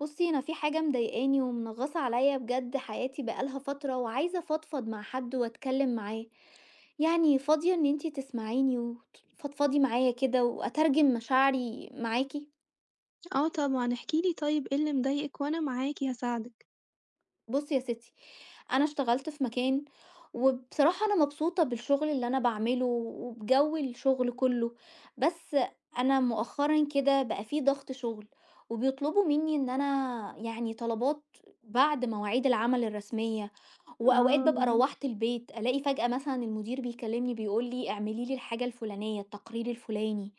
بصي، انا في حاجه مضايقاني ومنغصه عليا بجد، حياتي بقالها فتره وعايزه افضفض مع حد واتكلم معاه. يعني فاضيه ان انتي تسمعيني وتفضفضي معايا كده واترجم مشاعري معاكي. آه طبعًا، احكِ لي طيب إيه اللي مضايقِك وأنا معاكِ هاساعدِك. بصي يا ستي، انا اشتغلت في مكان، وبصراحه انا مبسوطه بالشغل اللي انا بعمله وبجو الشغل كله. بس انا مؤخرا كده بقى في ضغط شغل، وبيطلبوا مني ان انا يعني طلبات بعد مواعيد العمل الرسميه. وأوقات آه. بابقى إمم، روّحت البيت، ألاقي فجأة مثلًا المدير بيكلّمني بيقول لي اعملي لي الحاجة الفلانية، التقرير الفلاني،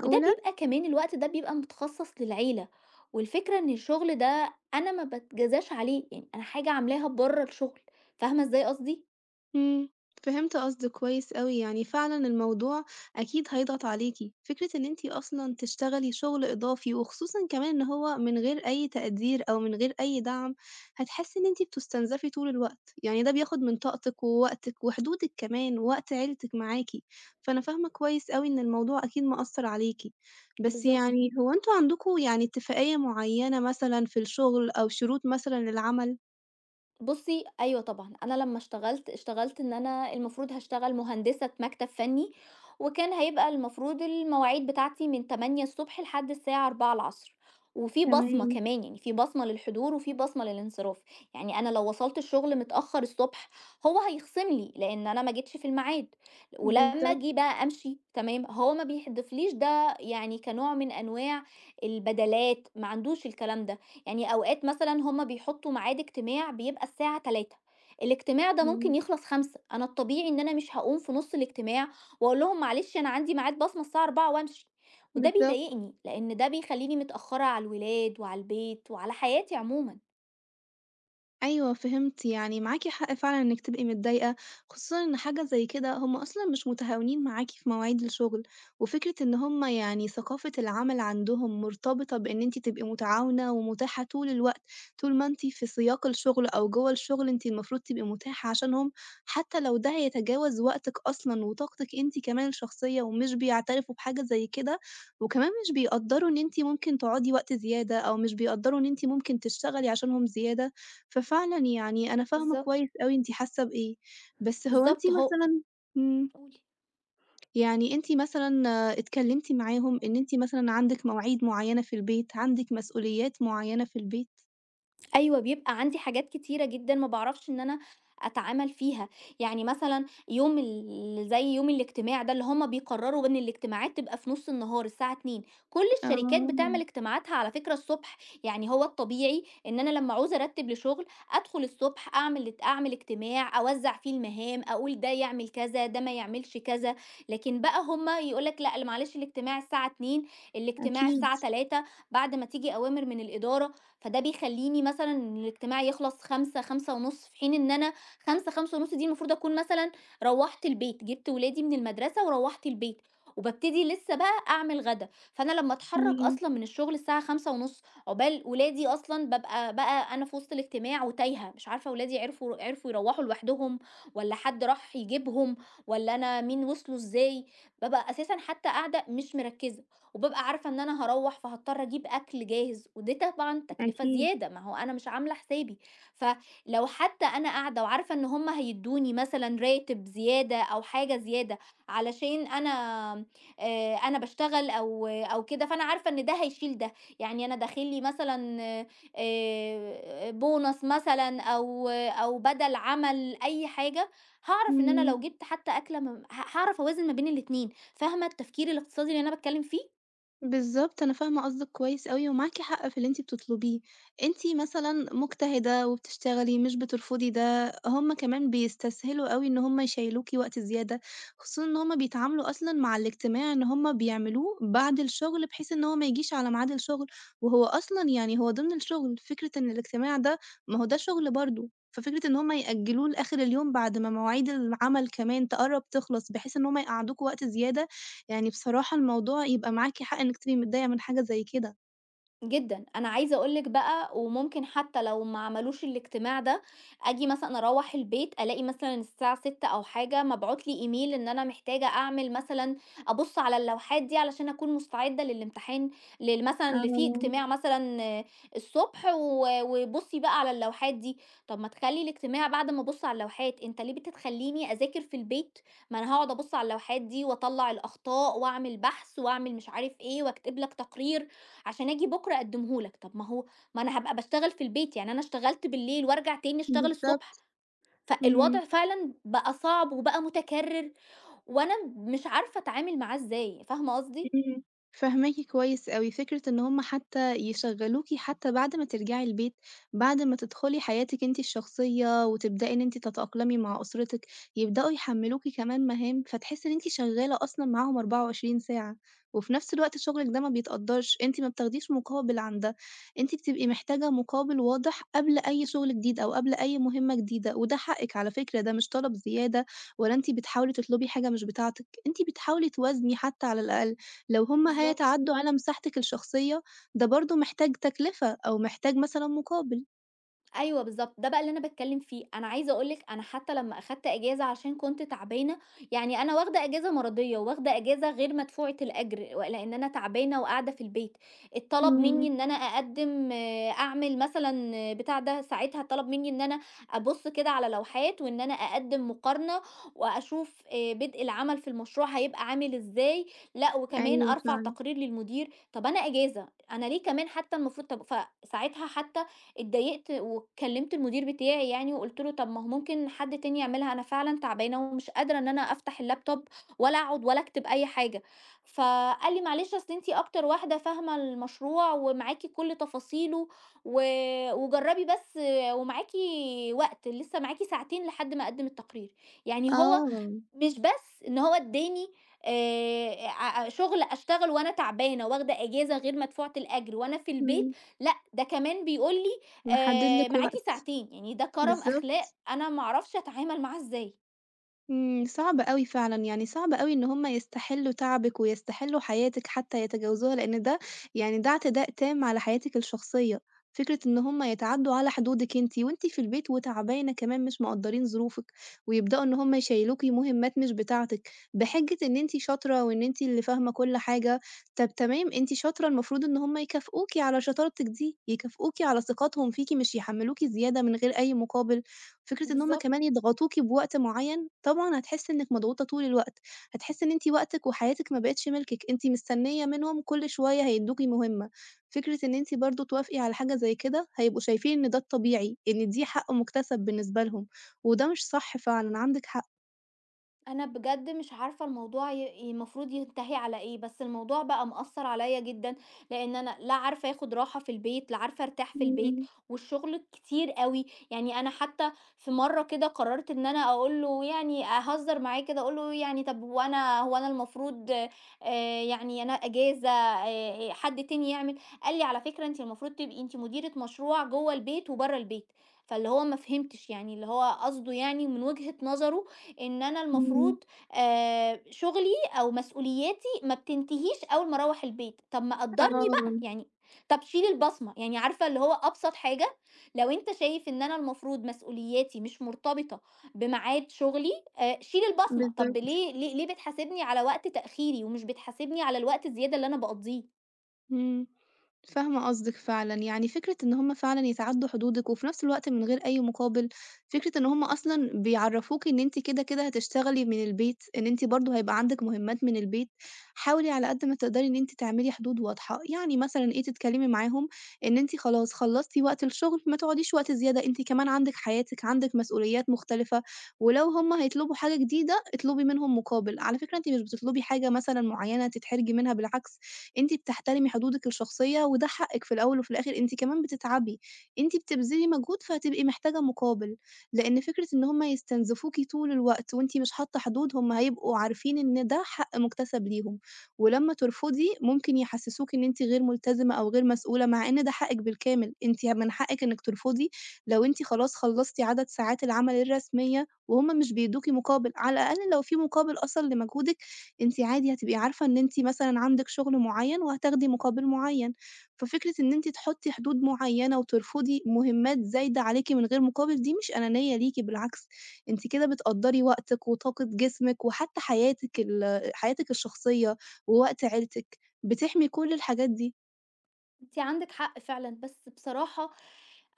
وده بيبقى كمان الوقت ده بيبقى متخصص للعيلة، والفكرة إن الشغل ده أنا ما باتجازاش عليه، يعني أنا حاجة عاملاها برّه الشغل. فاهمة إزاي قصدي؟ إمم، فهمت قصدِك كويس أوي، يعني فعلًا الموضوع أكيد هيضغط عليكِ، فكرة إن أنتِ أصلًا تشتغلي شغل إضافي وخصوصًا كمان إن هو من غير أي تقدير أو من غير أي دعم، هتحسي إن أنتِ بتستنزفي طول الوقت، يعني ده بياخد من طاقتِك ووقتِك وحدودِك كمان ووقت عيلتِك معاكِ، فأنا فاهمة كويس أوي إن الموضوع أكيد مأثّر عليكِ، بس بالضبط. يعني هو أنتم عندكم يعني اتفاقية معيّنة مثلًا في الشغل أو شروط مثلًا للعمل؟ بُصّي، أيوه طبعًا، أنا لمّا اشتغلت، اشتغلت إن أنا المفروض هاشتغل مهندسة مكتب فني، وكان هيبقى المفروض المواعيد بتاعتي من 8:00 ص لحد الساعة 16:00. وفي بصمة تمام، كمان، يعني في بصمة للحضور وفي بصمة للانصراف. يعني أنا لو وصلت الشغل متأخر الصبح هو هيخصم لي، لإن أنا ما جيتش في الميعاد، ولمّا بالضبط، آجي بقى أمشي تمام، هو ما بيحدفليش ده يعني كنوع من أنواع البدلات، ما عندوش الكلام ده. يعني أوقات مثلًا هُم بيحطّوا ميعاد اجتماع بيبقى الساعة 15:00، الاجتماع ده ممكن إمم، يخلص 17:00. أنا الطبيعي إن أنا مش هاقوم في نُص الاجتماع وأقول لهم معلش أنا عندي ميعاد بصمة الساعة 16:00 وأمشي. وده بالضبط. بيضايقني، لإن ده بيخلّيني متأخّرة على الولاد وعلى البيت وعلى حياتي عمومًا. أيوه فهمت، يعني معاكِ حق فعلًا إنِّك تبقي متضايقة، خصوصًا إن حاجة زي كده هم أصلًا مش متهاونين معاكِ في مواعيد الشغل، وفكرة إن هم يعني ثقافة العمل عندهم مرتبطة بإن أنتِ تبقي متعاونة ومتاحة طول الوقت، طول ما أنتِ في سياق الشغل أو جوّه الشغل أنتِ المفروض تبقي متاحة عشانهم، حتى لو ده هيتجاوز وقتِك أصلًا وطاقتِك أنتِ كمان الشخصية، ومش بيعترفوا بحاجة زي كده، وكمان مش بيقدّروا إن أنتِ ممكن تقعدي وقت زيادة، أو مش بيقدّروا إن أنتِ ممكن تشتغلي عشانهم زيادة. ففعلًا يعني أنا فاهمة بالضبط. كويس أوي أنتِ حاسة بإيه، بس هو أنتِ بالضبط، مثلًا إمم، قُل. يعني أنتِ مثلًا اتكلمتِ معاهم إن أنتِ مثلًا عندِك مواعيد معيّنة في البيت، عندِك مسؤوليات معيّنة في البيت؟ أيوه، بيبقى عندي حاجات كتيرة جدًا ما باعرفش إن أنا أتعامل فيها. يعني مثلًا يوم ال زي يوم الاجتماع ده اللي هُم بيقرروا إن الاجتماعات تبقى في نُص النهار الساعة 14:00. كل الشركات بتعمل آه، اجتماعاتها على فكرة الصبح. يعني هو الطبيعي إن أنا لمّا أعوز أرتّب لشغل أدخل الصبح أعمل اجتماع، أوزّع فيه المهام، أقول ده يعمل كذا، ده ما يعملش كذا. لكن بقى هُم يقول لك لأ معلش الاجتماع الساعة 14:00، الاجتماع أكيد، الساعة 15:00 بعد ما تيجي أوامر من الإدارة. فده بيخلّيني مثلًا إن الاجتماع يخلص 17:00، 17:30، في حين إن أنا 17:00، 17:30 دي المفروض أكون مثلًا روّحت البيت، جِبت ولادي من المدرسة وروّحت البيت، وبابتدي لسه بقى أعمل غدا. فأنا لمّا أتحرّك إمم، أصلًا من الشغل الساعة 17:30 عقبال ولادي أصلًا بابقى بقى أنا في وسط الاجتماع وتايهة، مش عارفة ولادي عرفوا يروّحوا لوحدهم والّا حد راح يجيبهم والّا أنا مين وصلوا إزاي، بابقى أساسًا حتى قاعدة مش مركّزة. وبابقى عارفة إن أنا هاروّح فهاضطر أجيب أكل جاهز، ودي طبعًا تكلفة أكيد، زيادة، ما هو أنا مش عاملة حسابي. فلو حتى أنا قاعدة وعارفة إن هم هيدّوني مثلًا راتب زيادة أو حاجة زيادة علشان أنا أنا باشتغل أو كده، فأنا عارفة إن ده هيشيل ده. يعني أنا داخل لي مثلًا بونص مثلًا أو بدَل عمل أي حاجة، هاعرف إن أنا إمم. لو جبت حتى أكلة م ه هاعرف أوازن ما بين الاتنين. فاهمة التفكير الاقتصادي اللي أنا باتكلم فيه؟ بالضبط، أنا فاهمة قصدِك كويس أوي، ومعاكِ حق في اللي أنتِ بتطلبيه. أنتِ مثلًا مجتهدة وبتشتغلي مش بترفضي ده، هُم كمان بيستسهلوا أوي إن هُم يشيّلوكِ وقت زيادة، خصوصًا إن هُم بيتعاملوا أصلًا مع الاجتماع إن هُم بيعملوه بعد الشغل، بحيث إن هو ما يجيش على ميعاد الشغل، وهو أصلًا يعني هو ضمن الشغل، فكرة إن الاجتماع ده ما هو ده شغل برضه، ففكرة إن هُم يأجلوه لآخر اليوم بعد ما مواعيد العمل كمان تقرّب تخلص، بحيث إن هُم يقعّدوكوا وقت زيادة يعني بصراحة الموضوع يبقى معاكِ حق إنِّك تبقي متضايقة من حاجة زي كده. جدًا، أنا عايزة أقول لِك بقى، وممكن حتى لو ما عملوش الاجتماع ده، آجي مثلًا أروّح البيت ألاقي مثلًا الساعة 18:00 أو حاجة مبعوت لي إيميل إن أنا محتاجة أعمل مثلًا أبُص على اللوحات دي علشان أكون مستعدة للامتحان لل مثلًا اللي فيه آه، اجتماع مثلًا الصبح و وبُصّي بقى على اللوحات دي. طب ما تخلّي الاجتماع بعد ما أبُص على اللوحات، أنت ليه بتخلّيني أذاكر في البيت؟ ما أنا هاقعد أبُص على اللوحات دي وأطلّع الأخطاء وأعمل بحث وأعمل مش عارف إيه وأكتب لك تقرير عشان آجي بُكرة أقدّمه لك. طب ما هو ما أنا هابقى باشتغل في البيت، يعني أنا اشتغلت بالليل وأرجع تاني أشتغل بالضبط. الصبح. إمم. فالوضع فعلًا بقى صعب وبقى متكرر، وأنا مش عارفة أتعامل معاه إزاي. فاهمة قصدي؟ إمم، فاهماكِ كويس أوي، فكرة إن هُم حتى يشغّلوكِ حتى بعد ما ترجعي البيت، بعد ما تدخلي حياتِك أنتِ الشخصية وتبدئي إن أنتِ تتأقلمي مع أسرتِك، يبدؤوا يحمّلوكِ كمان مهام، فتحسي إن أنتِ شغّالة أصلًا معاهم 24 ساعة، وفي نفس الوقت شغلِك ده ما بيتقدّرش، أنتِ ما بتاخديش مقابل عن ده، أنتِ بتبقي محتاجة مقابل واضح قبل أي شغل جديد أو قبل أي مهمة جديدة، وده حقِك على فكرة، ده مش طلب زيادة ولا أنتِ بتحاولي تطلبي حاجة مش بتاعتِك، أنتِ بتحاولي توازني حتى على الأقل. لو هُم بالضبط. هيتعدّوا على مساحتِك الشخصية، ده برضه محتاج تكلفة أو محتاج مثلًا مقابل. أيوه بالضبط، ده بقى اللي أنا باتكلّم فيه. أنا عايزة أقول لِك أنا حتى لمّا أخدت إجازة عشان كنت تعبانة، يعني أنا واخدة إجازة مرضية وواخدة إجازة غير مدفوعة الأجر، و لإن أنا تعبانة وقاعدة في البيت، اتطلب منّي إمم، إن أنا أقدّم أعمل مثلًا بتاع ده. ساعتها اتطلب منّي إن أنا أبُص كده على لوحات وإن أنا أقدّم مقارنة وأشوف بدء العمل في المشروع هيبقى عامل إزاي، لأ وكمان أيوه أرفع فعلًا. تقرير للمدير. طَب أنا إجازة، أنا ليه كمان حتى المفروض طَب فساعتها حتى اتضايقت وكلمت المدير بتاعي يعني وقُلت له: "طب ما هو ممكن حد تاني يعملها، أنا فعلًا تعبانة ومش قادرة إن أنا أفتح اللابتوب ولا أقعد ولا أكتب أي حاجة." فقال لي: "معلش، أصل أنتِ أكتر واحدة فاهمة المشروع ومعاكِ كل تفاصيله و وجرّبي بس ومعاكِ وقت، لسه معاكِ ساعتين لحد ما أقدّم التقرير." يعني هو آه، مش بس إن هو ادّاني ع شُغل أشتغل وأنا تعبانة، واخدة إجازة غير مدفوعة الأجر وأنا في البيت، إمم، لأ ده كمان بيقول لي محدد لِك معاكِ وقت، ساعتين، يعني ده كَرَم بالضبط. أخلاق أنا ما أعرفش أتعامل معاه إزاي. إمم، صعب أوي فعلًا، يعني صعب أوي إن هُم يستحلّوا تعبِك ويستحلّوا حياتِك حتى يتجاوزوها، لإن ده يعني ده اعتداء تام على حياتِك الشخصية، فكرة إن هُم يتعدّوا على حدودِك أنتِ وأنتِ في البيت وتعبانة كمان مش مقدّرين ظروفِك، ويبدأوا إن هُم يشيّلوكِ مهمّات مش بتاعتِك، بحجة إن أنتِ شاطرة وإن أنتِ اللي فاهمة كل حاجة، طَب تمام أنتِ شاطرة المفروض إن هُم يكافئوكِ على شطارتِك دي، يكافئوكِ على ثقتهم فيكِ مش يحمّلوكِ زيادة من غير أي مقابل. فكرة إن هُم بالضبط. كمان يضغطوكِ بوقت معيّن، طبعًا هتحسّي إنِّك مضغوطة طول الوقت، هتحسّي إن أنتِ وقتِك وحياتِك ما بقِتش مِلكِك، أنتِ مستنية منهم كل شوية هيدّوكِ مهمة. فكرة إن أنتِ برضه توافقي على حاجة زي كده، هيبقوا شايفين إن ده الطبيعي، إن دي حق مُكتسب بالنسبة لهم، وده مش صح فعلًا، عندِك حق. أنا بجد مش عارفة الموضوع المفروض ينتهي على إيه، بس الموضوع بقى مأثر عليا جدا، لأن أنا لا عارفة أخد راحة في البيت لا عارفة أرتاح في البيت إمم، والشغل كتير قوي. يعني أنا حتى في مرة كده قررت إن أنا أقول له، يعني أهزر معاه كده، أقول له يعني طب وأنا هو أنا المفروض يعني أنا أجازة حد تاني يعمل. قال لي على فكرة أنت المفروض تبقي أنت مديرة مشروع جوه البيت وبره البيت، فاللي هو ما فهمتش يعني اللي هو قصده يعني من وجهة نظره إن أنا إمم، المفروض شُغلي أو مسؤولياتي ما بتنتهيش أول ما أروّح البيت. طَب ما قدّرني بقى، آه، يعني طَب شيل البصمة، يعني عارفة اللي هو أبسط حاجة. لو أنت شايف إن أنا المفروض مسؤولياتي مش مرتبطة بميعاد شُغلي، شيل البصمة، طَب بالضبط. ليه ليه ليه بتحاسبني على وقت تأخيري ومش بتحاسبني على الوقت الزيادة اللي أنا باقضّيه؟ إمم. فاهمة قصدِك فعلًا، يعني فكرة إن هُم فعلًا يتعدّوا حدودِك وفي نفس الوقت من غير أي مقابل، فكرة إن هُم أصلًا بيعرّفوكِ إن أنتِ كده، كده هتشتغلي من البيت، إن أنتِ برضه هيبقى عندِك مهمات من البيت، حاولي على قد ما تقدري إن أنتِ تعملي حدود واضحة، يعني مثلًا إيه تتكلمي معاهم إن أنتِ خلاص خلّصتِ وقت الشغل ما تقعديش وقت زيادة، أنتِ كمان عندِك حياتِك، عندِك مسؤوليات مختلفة، ولو هُم هيطلبوا حاجة جديدة اطلبي منهم مقابل، على فكرة أنتِ مش بتطلبي حاجة مثلًا معيّنة تتحرجي منها بالعكس، أنتِ بتحترمي حدودِك الشخصية وده حقِّك في الأول وفي الآخر أنتِ كمان بتتعبي، أنتِ بتبذلي مجهود فهتبقي محتاجة مقابل، لإن فكرة إن هم يستنزفوكِ طول الوقت وأنتِ مش حاطة حدود هم هيبقوا عارفين إن ده حق مُكتسب ليهم، ولمّا ترفضي ممكن يحسسوكِ إن أنتِ غير ملتزمة أو غير مسؤولة، مع إن ده حقِّك بالكامل، أنتِ من حقِّك إنِّك ترفضي لو أنتِ خلاص خلصتِ عدد ساعات العمل الرسمية وهُم مش بيدّوكِ مقابل، على الأقل لو في مقابل أصلًا لمجهودِك أنتِ عادي هتبقي عارفة إن أنتِ مثلًا عندِك شغل معيّن وهتاخدي مقابل معيّن، ففكرة إن أنتِ تحطّي حدود معيّنة وترفضي مهمات زايدة عليكِ من غير مقابل دي مش أنانية ليكِ، بالعكس أنتِ كده بتقدّري وقتِك وطاقة جسمِك وحتى حياتِك حياتِك الشخصية ووقت عيلتِك، بتحمي كل الحاجات دي. أنتِ عندِك حق فعلًا. بس بصراحة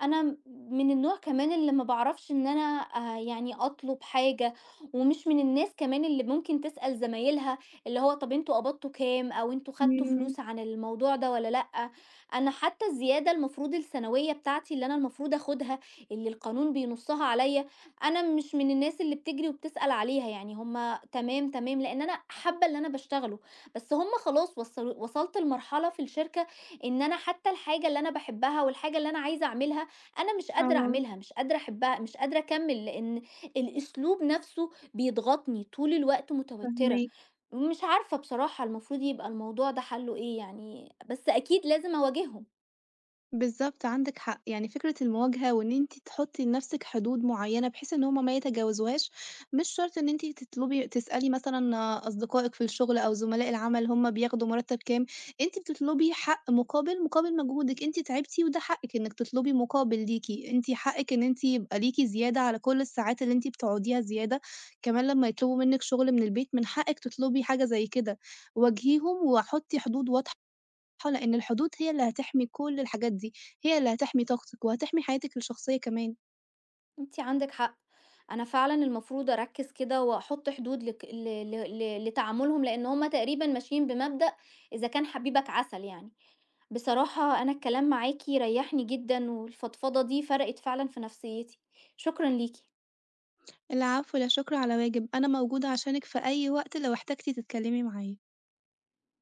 أنا من النوع كمان اللي ما باعرفش إن أنا يعني أطلب حاجة، ومش من الناس كمان اللي ممكن تسأل زمايلها، اللي هو طب أنتم قبضتوا كام، أو أنتم خدتوا إمم، فلوس عن الموضوع ده والّا لأ. أنا حتى الزيادة المفروض السنوية بتاعتي اللي أنا المفروض آخدها، اللي القانون بينُصّها عليَّ، أنا مش من الناس اللي بتجري وبتسأل عليها. يعني هُم تمام، تمام، لإن أنا حابة اللي أنا باشتغله. بس هُم خلاص وصلت لمرحلة في الشركة إن أنا حتى الحاجة اللي أنا باحبها والحاجة اللي أنا عايزة أعملها أنا مش قادرة آه، أعملها، مش قادرة أحبها، مش قادرة أكمّل، لإن الأسلوب نَفْسه بيضغطني، طول الوقت متوتّرة. فاهماكِ. مش عارفة بصراحة المفروض يبقى الموضوع ده حَلُّه إيه يعني، بس أكيد لازم أواجههم. بالضبط، عندِك حق، يعني فكرة المواجهة وإن أنتِ تحطّي لنفسِك حدود معيّنة بحيث إن هُم ما يتجاوزوهاش، مش شرط إن أنتِ تطلبي تسألي مثلًا أصدقائِك في الشغل أو زملاء العمل هُم بياخدوا مرتّب كام، أنتِ بتطلبي حق مقابل مجهودِك، أنتِ تعبتِ وده حقِّك إنِّك تطلبي مقابل ليكِ، أنتِ حقِّك إن أنتِ يبقى ليكِ زيادة على كل الساعات اللي أنتِ بتقعديها زيادة، كمان لمّا يطلبوا منِّك شغل من البيت من حقِّك تطلبي حاجة زي كده، واجهيهم وحُطّي حدود واضحة، لإن الحدود هي اللي هتحمي كل الحاجات دي، هي اللي هتحمي طاقتِك وهتحمي حياتِك الشخصية كمان. أنتِ عندِك حق. أنا فعلًا المفروض أركّز كده وأحُط حدود لك ل ل ل لتعاملهم، لإن هم تقريبًا ماشيين بمبدأ إذا كان حبيبك عسل يعني. بصراحة أنا الكلام معاكِ ريّحني جدًا والفضفضة دي فرقِت فعلًا في نفسيّتي، شكرًا ليكِ. العفو، لا شكر على واجب، أنا موجودة عشانِك في أي وقت لو احتجتِ تتكلمي معايا.